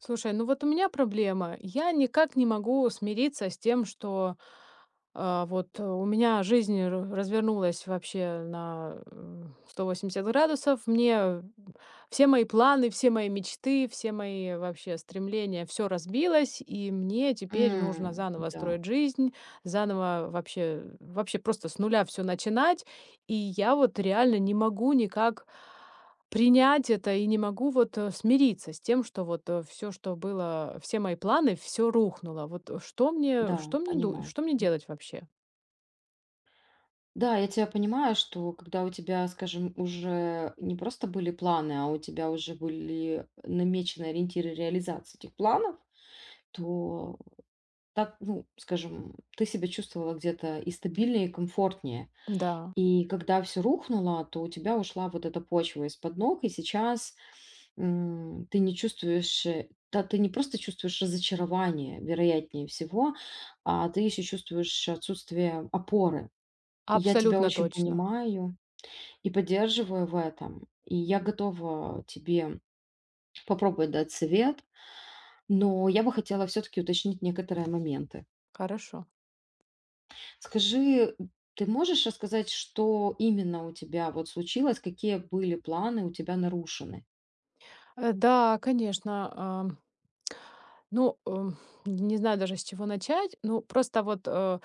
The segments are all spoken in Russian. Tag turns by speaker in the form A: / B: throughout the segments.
A: Слушай, ну вот у меня проблема. Я никак не могу смириться с тем, что у меня жизнь развернулась вообще на 180 градусов. Мне все мои планы, все мои мечты, все мои вообще стремления, все разбилось, и мне теперь нужно
B: М,
A: заново
B: да,
A: строить жизнь, заново вообще, вообще просто с нуля все начинать. И я вот реально не могу никак принять это и не могу смириться с тем, что вот, все, что было, все мои планы, все рухнуло. Что мне
B: да,
A: что мне ду
B: понимаю.
A: что мне
B: М.
A: делать вообще?
B: Да, я тебя понимаю, что когда у тебя, скажем, уже не просто были планы, а у тебя уже были намечены ориентиры реализации этих планов, то так, ну, скажем, ты себя чувствовала где-то и стабильнее, и комфортнее.
A: Да,
B: И когда все рухнуло, то у тебя ушла вот эта почва из-под ног, и сейчас, ты не чувствуешь, да, ты не просто чувствуешь разочарование, вероятнее всего, а ты еще чувствуешь отсутствие опоры. И я тебя
A: абсолютно
B: очень
A: точно.
B: понимаю и поддерживаю в этом. И я готова тебе попробовать дать совет, но я бы хотела все-таки уточнить некоторые моменты.
A: Хорошо.
B: Скажи, ты можешь рассказать, что именно у тебя вот случилось, какие были планы у тебя нарушены?
A: Да, конечно, ам, ну, эм, не знаю даже, с чего начать. Ну, просто вот, э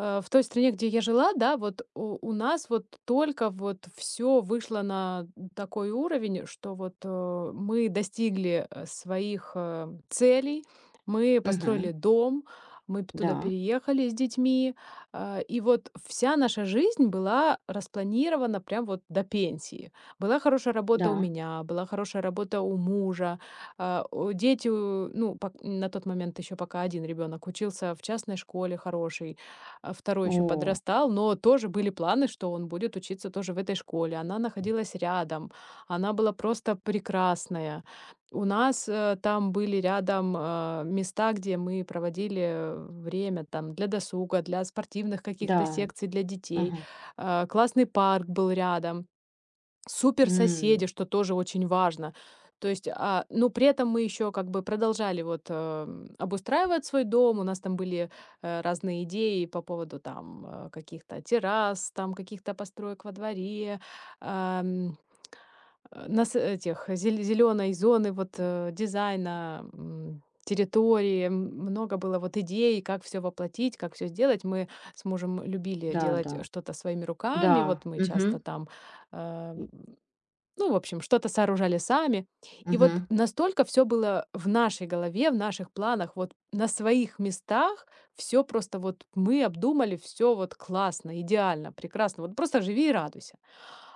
A: Э, в той стране, где я жила, да, вот у нас вот только вот все вышло на такой уровень, что мы достигли, своих, целей. Мы
B: Мгм.
A: построили дом, мы п туда
B: Да,
A: переехали с детьми, и вот вся наша жизнь была распланирована прям вот до пенсии. Была хорошая работа у
B: да.
A: меня, была хорошая работа у мужа, а, о дети, у ну, пак на тот момент еще пока один ребенок учился в частной школе хороший, второй еще
B: О,
A: подрастал, но тоже были планы, что он будет учиться тоже в этой школе. Она находилась рядом, она была просто прекрасная. У нас там были рядом места, где мы проводили время там для досуга, для спортивных каких-то
B: да.
A: секций для детей.
B: Ага.
A: Классный парк был рядом, супер
B: М,
A: соседи, что тоже очень важно. То есть, а, ну, при этом мы еще как бы продолжали обустраивать свой дом. У нас там были, разные идеи по поводу там, каких-то террас, там каких-то построек во дворе, ам, нас этих зеленой зоны, дизайна, территории. Много было вот идей, как все воплотить, как все сделать. Мы с мужем любили
B: да, да.
A: делать что-то своими
B: Да.
A: руками. Вот мы часто
B: Мгм.
A: там, э,
B: М,
A: ну, в общем, что-то сооружали сами. И вот
B: мгм.
A: настолько все было в нашей голове, в наших планах, вот на своих местах. Все просто вот мы обдумали, все вот классно, идеально, прекрасно. Вот просто живи и радуйся.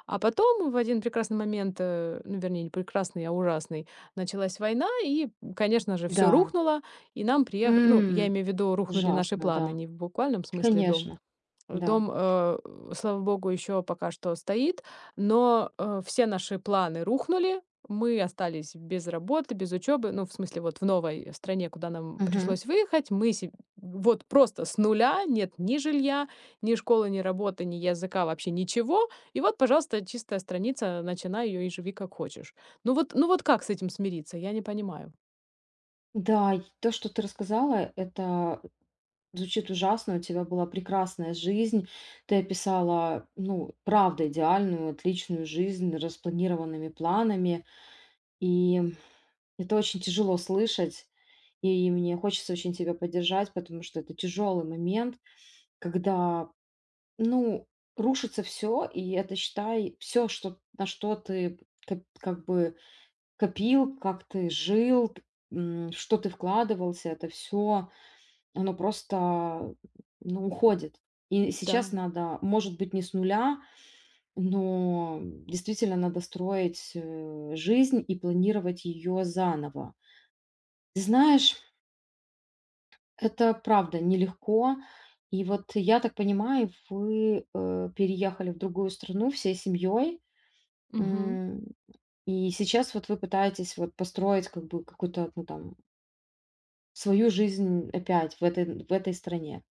A: А потом в один прекрасный момент, ну, вернее, не прекрасный, а ужасный, началась война, и, конечно же, все
B: Да.
A: рухнуло, и нам приех ну, я
B: М,
A: имею в виду, рухнули наши
B: Ужасно,
A: планы,
B: да.
A: не в буквальном смысле дом.
B: Конечно, да.
A: Дом, слава богу, еще пока что стоит, но, все наши планы рухнули. Мы остались без работы, без учебы. Ну, в смысле, вот в новой стране, куда нам
B: Мгм.
A: пришлось выехать, мы се вот просто с нуля, нет ни жилья, ни школы, ни работы, ни языка, вообще ничего. И вот, пожалуйста, чистая страница, начинай ее и живи как хочешь. Ну вот ну вот как с этим смириться? Я не понимаю.
B: Да, и то, что ты рассказала, это звучит ужасно, у тебя была прекрасная жизнь, ты описала, ну, правда, идеальную, отличную жизнь распланированными планами, и это очень тяжело слышать, и мне хочется очень тебя поддержать, потому что это тяжелый момент, когда, ну, рушится все, и это, считай, все, что, на что ты как бы копил, как ты жил, что ты вкладывался, это все оно просто, ну, уходит. И сейчас
A: Да.
B: надо, может быть, не с нуля, но действительно надо строить, жизнь и планировать ее заново. Ты знаешь, это правда нелегко. И вот я так понимаю, вы, переехали в другую страну всей семьей,
A: Мгм.
B: и сейчас вот вы пытаетесь вот построить как бы какую-то, ну, там, свою жизнь опять в этой стране.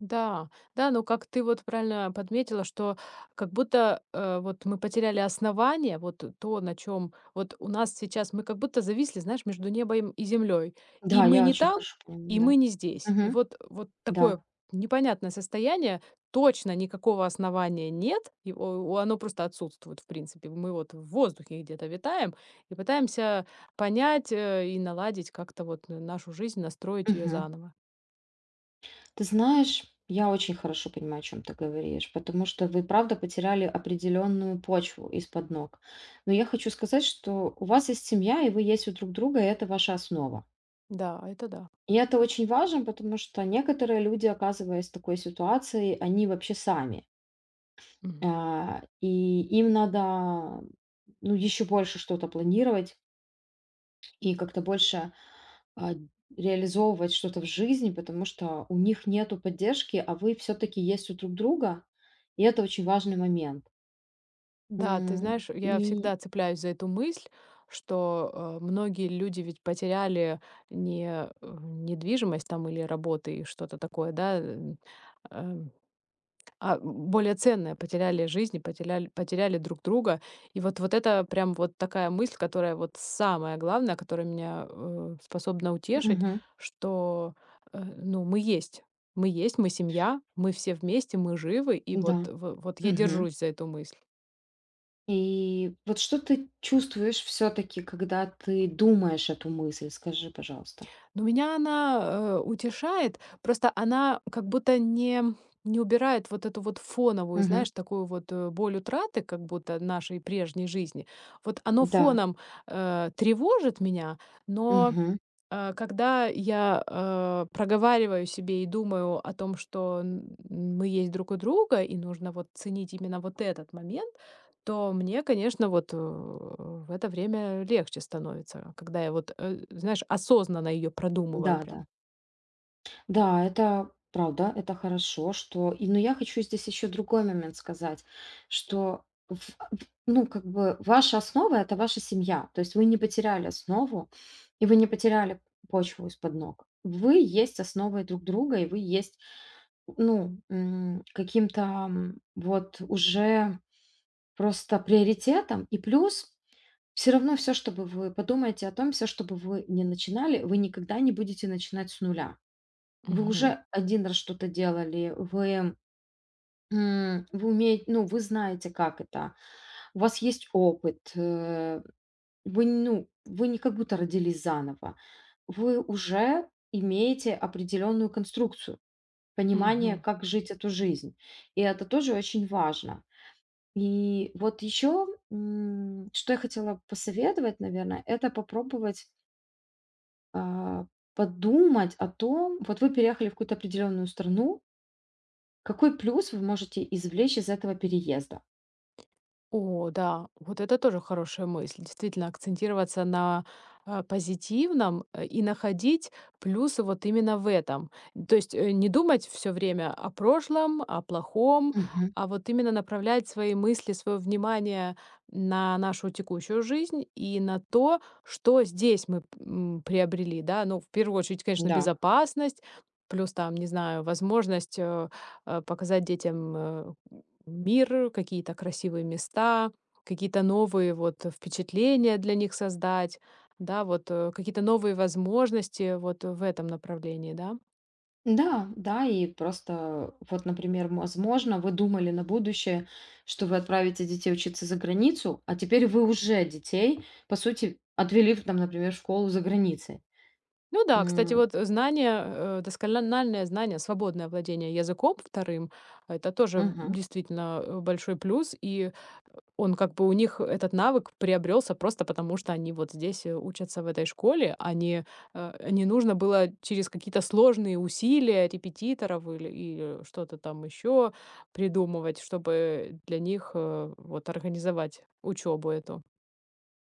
A: Да, да, ну как ты вот правильно подметила, что как будто вот мы потеряли основание, вот то, на чем вот у нас сейчас мы как будто зависли, знаешь, между небом и землей.
B: Да,
A: И мы
B: я
A: не
B: очень
A: там,
B: хорошо
A: и мы
B: понимаю,
A: не
B: да.
A: здесь. И
B: Мгм.
A: вот, вот
B: Да,
A: такое непонятное состояние, точно никакого основания нет, его, оно просто отсутствует, в принципе. Мы вот в воздухе где-то витаем и пытаемся понять и наладить как-то вот нашу жизнь, настроить ее
B: мгм.
A: заново.
B: Ты знаешь, я очень хорошо понимаю, о чем ты говоришь, потому что вы, правда, потеряли определенную почву из-под ног. Но я хочу сказать, что у вас есть семья, и вы есть у друг друга, и это ваша основа.
A: Да, это да.
B: И это очень важно, потому что некоторые люди, оказываясь в такой ситуации, они вообще сами.
A: Мгм.
B: И им надо, ну, еще больше что-то планировать и как-то больше а, реализовывать что-то в жизни, потому что у них нету поддержки, а вы все-таки есть у друг друга, и это очень важный момент.
A: Да, ты
B: М,
A: знаешь, я
B: и
A: всегда цепляюсь за эту мысль, что многие люди ведь потеряли не э, недвижимость там или работы и что-то такое, да, э, а более ценное, потеряли жизни, потеряли друг друга. И вот, вот это прям вот такая мысль, которая вот самая главная, которая меня способна утешить,
B: мгм,
A: что ну, мы есть. Мы есть, мы семья, мы все вместе, мы живы, и вот,
B: да,
A: вот я
B: мгм.
A: держусь за эту мысль.
B: И вот что ты чувствуешь все-таки, когда ты думаешь эту мысль, скажи, пожалуйста.
A: Но меня она, утешает, просто она как будто не убирает вот эту вот фоновую,
B: Мгм.
A: знаешь, такую боль утраты как будто нашей прежней жизни. Вот оно
B: Да,
A: фоном, тревожит меня, но
B: мгм,
A: когда я, проговариваю себе и думаю о том, что, н мы есть друг у друга и нужно вот ценить именно вот этот момент, то мне, конечно, вот, в это время легче становится, когда я вот, знаешь, осознанно ее
B: да,
A: продумываю
B: да.
A: прям.
B: Да, это правда, это хорошо, что и но я хочу здесь еще другой момент сказать, что в ну, как бы ваша основа- это ваша семья. То есть вы не потеряли основу, и вы не потеряли почву из-под ног. Вы есть основой друг друга, и вы есть, ну, каким-то, вот уже просто приоритетом. И плюс все равно все что бы вы подумаете о том, все что бы вы не начинали, вы никогда не будете начинать с нуля. Вы
A: Мгм.
B: уже один раз что-то делали, вы умеете, ну, вы знаете, как это, у вас есть опыт, вы, ну, вы не как будто родились заново. Вы уже имеете определенную конструкцию, понимание,
A: Мгм.
B: как жить эту жизнь. И это тоже очень важно. И вот еще, что я хотела посоветовать, наверное, это попробовать, а, подумать о том, вот вы переехали в какую-то определенную страну. Какой плюс вы можете извлечь из этого переезда?
A: О да, вот это тоже хорошая мысль. Действительно, акцентироваться на, позитивном, и находить плюсы вот именно в этом. То есть, не думать все время о прошлом, о плохом,
B: Мгм.
A: а вот именно направлять свои мысли, свое внимание на нашу текущую жизнь и на то, что здесь мы, приобрели, да. Ну, в первую очередь, конечно,
B: Да.
A: безопасность, плюс там, не знаю, возможность, показать детям, мир, какие-то красивые места, какие-то новые впечатления для них создать, да, вот, какие-то новые возможности вот в этом направлении, да.
B: Да, да, и просто вот, например, возможно, вы думали на будущее, что вы отправите детей учиться за границу, а теперь вы уже детей, по сути, отвели в, там, например, в школу за границей.
A: Ну да, кстати,
B: М,
A: вот знание, доскональное знание, свободное владение языком вторым- это тоже,
B: мгм.
A: действительно, большой плюс. И он как бы у них этот навык приобрелся просто потому, что они вот здесь, учатся в этой школе, а не, не нужно было через какие-то сложные усилия репетиторов или и что-то там еще придумывать, чтобы для них, вот организовать учебу эту.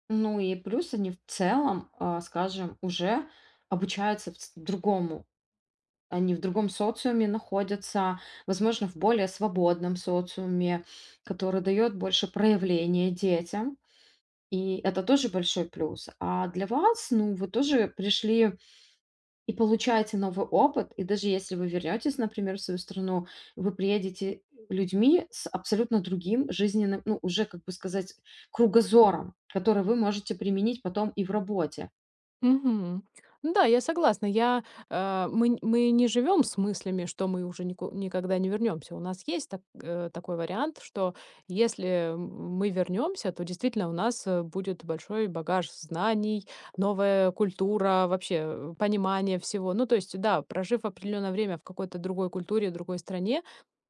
B: Ну и плюс они в целом, скажем, уже обучаются другому. Они в другом социуме находятся, возможно, в более свободном социуме, который дает больше проявления детям. И это тоже большой плюс. А для вас, ну, вы тоже пришли и получаете новый опыт. И даже если вы вернетесь, например, в свою страну, вы приедете людьми с абсолютно другим жизненным, ну, уже, как бы сказать, кругозором, который вы можете применить потом и в работе.
A: Мгм. Ну да, я согласна. Я, мы н мы не живем с мыслями, что мы уже нику никогда не вернемся. У нас есть так такой вариант, что если, м, мы вернемся, то действительно у нас, будет большой багаж знаний, новая культура, вообще, понимание всего. Ну, то есть, да, прожив определенное время в какой-то другой культуре, другой стране,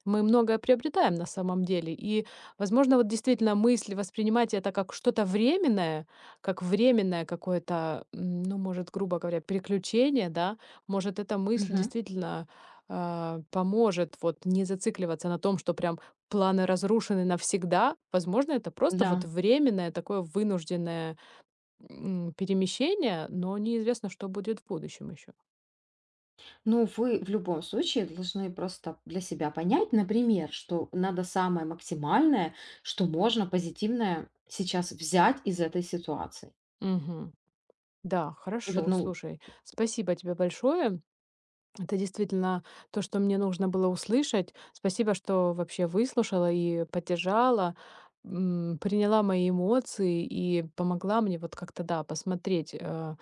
A: мы многое приобретаем на самом деле. И, возможно, вот действительно мысли воспринимать это как что-то временное, как временное какое-то, ну, может, грубо говоря, переключение, да, может, эта мысль
B: Мгм.
A: действительно поможет вот не зацикливаться на том, что прям планы разрушены навсегда. Возможно, это просто вот
B: Да.
A: временное такое вынужденное, перемещение, но неизвестно, что будет в будущем еще.
B: Ну, вы в любом случае должны просто для себя понять, например, что надо самое максимальное, что можно позитивное сейчас взять из этой ситуации.
A: Да,
B: И вот,
A: хорошо,
B: ну,
A: слушай, спасибо тебе большое. Это действительно то, что мне нужно было услышать. Спасибо, что вообще выслушала и поддержала, приняла мои эмоции и помогла мне вот как-то, да, посмотреть,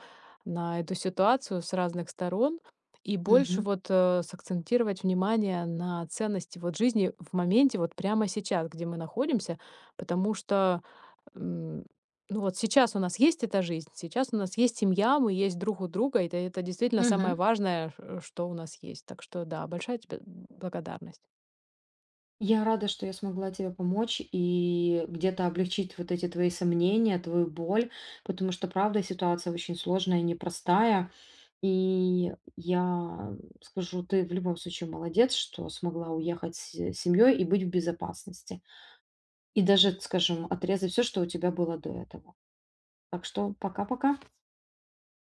A: на эту ситуацию с разных сторон и больше
B: мгм,
A: вот, сакцентировать внимание на ценности вот жизни в моменте, вот прямо сейчас, где мы находимся. Потому что, ну вот сейчас у нас есть эта жизнь, сейчас у нас есть семья, мы есть друг у друга, и это действительно
B: мгм.
A: самое важное, что у нас есть. Так что да, большая тебе благодарность.
B: Я рада, что я смогла тебе помочь и где-то облегчить вот эти твои сомнения, твою боль, потому что, правда, ситуация очень сложная и непростая. И я скажу, ты в любом случае молодец, что смогла уехать с семьей и быть в безопасности. И даже, скажем, отрезай все, что у тебя было до этого. Так что пока-пока.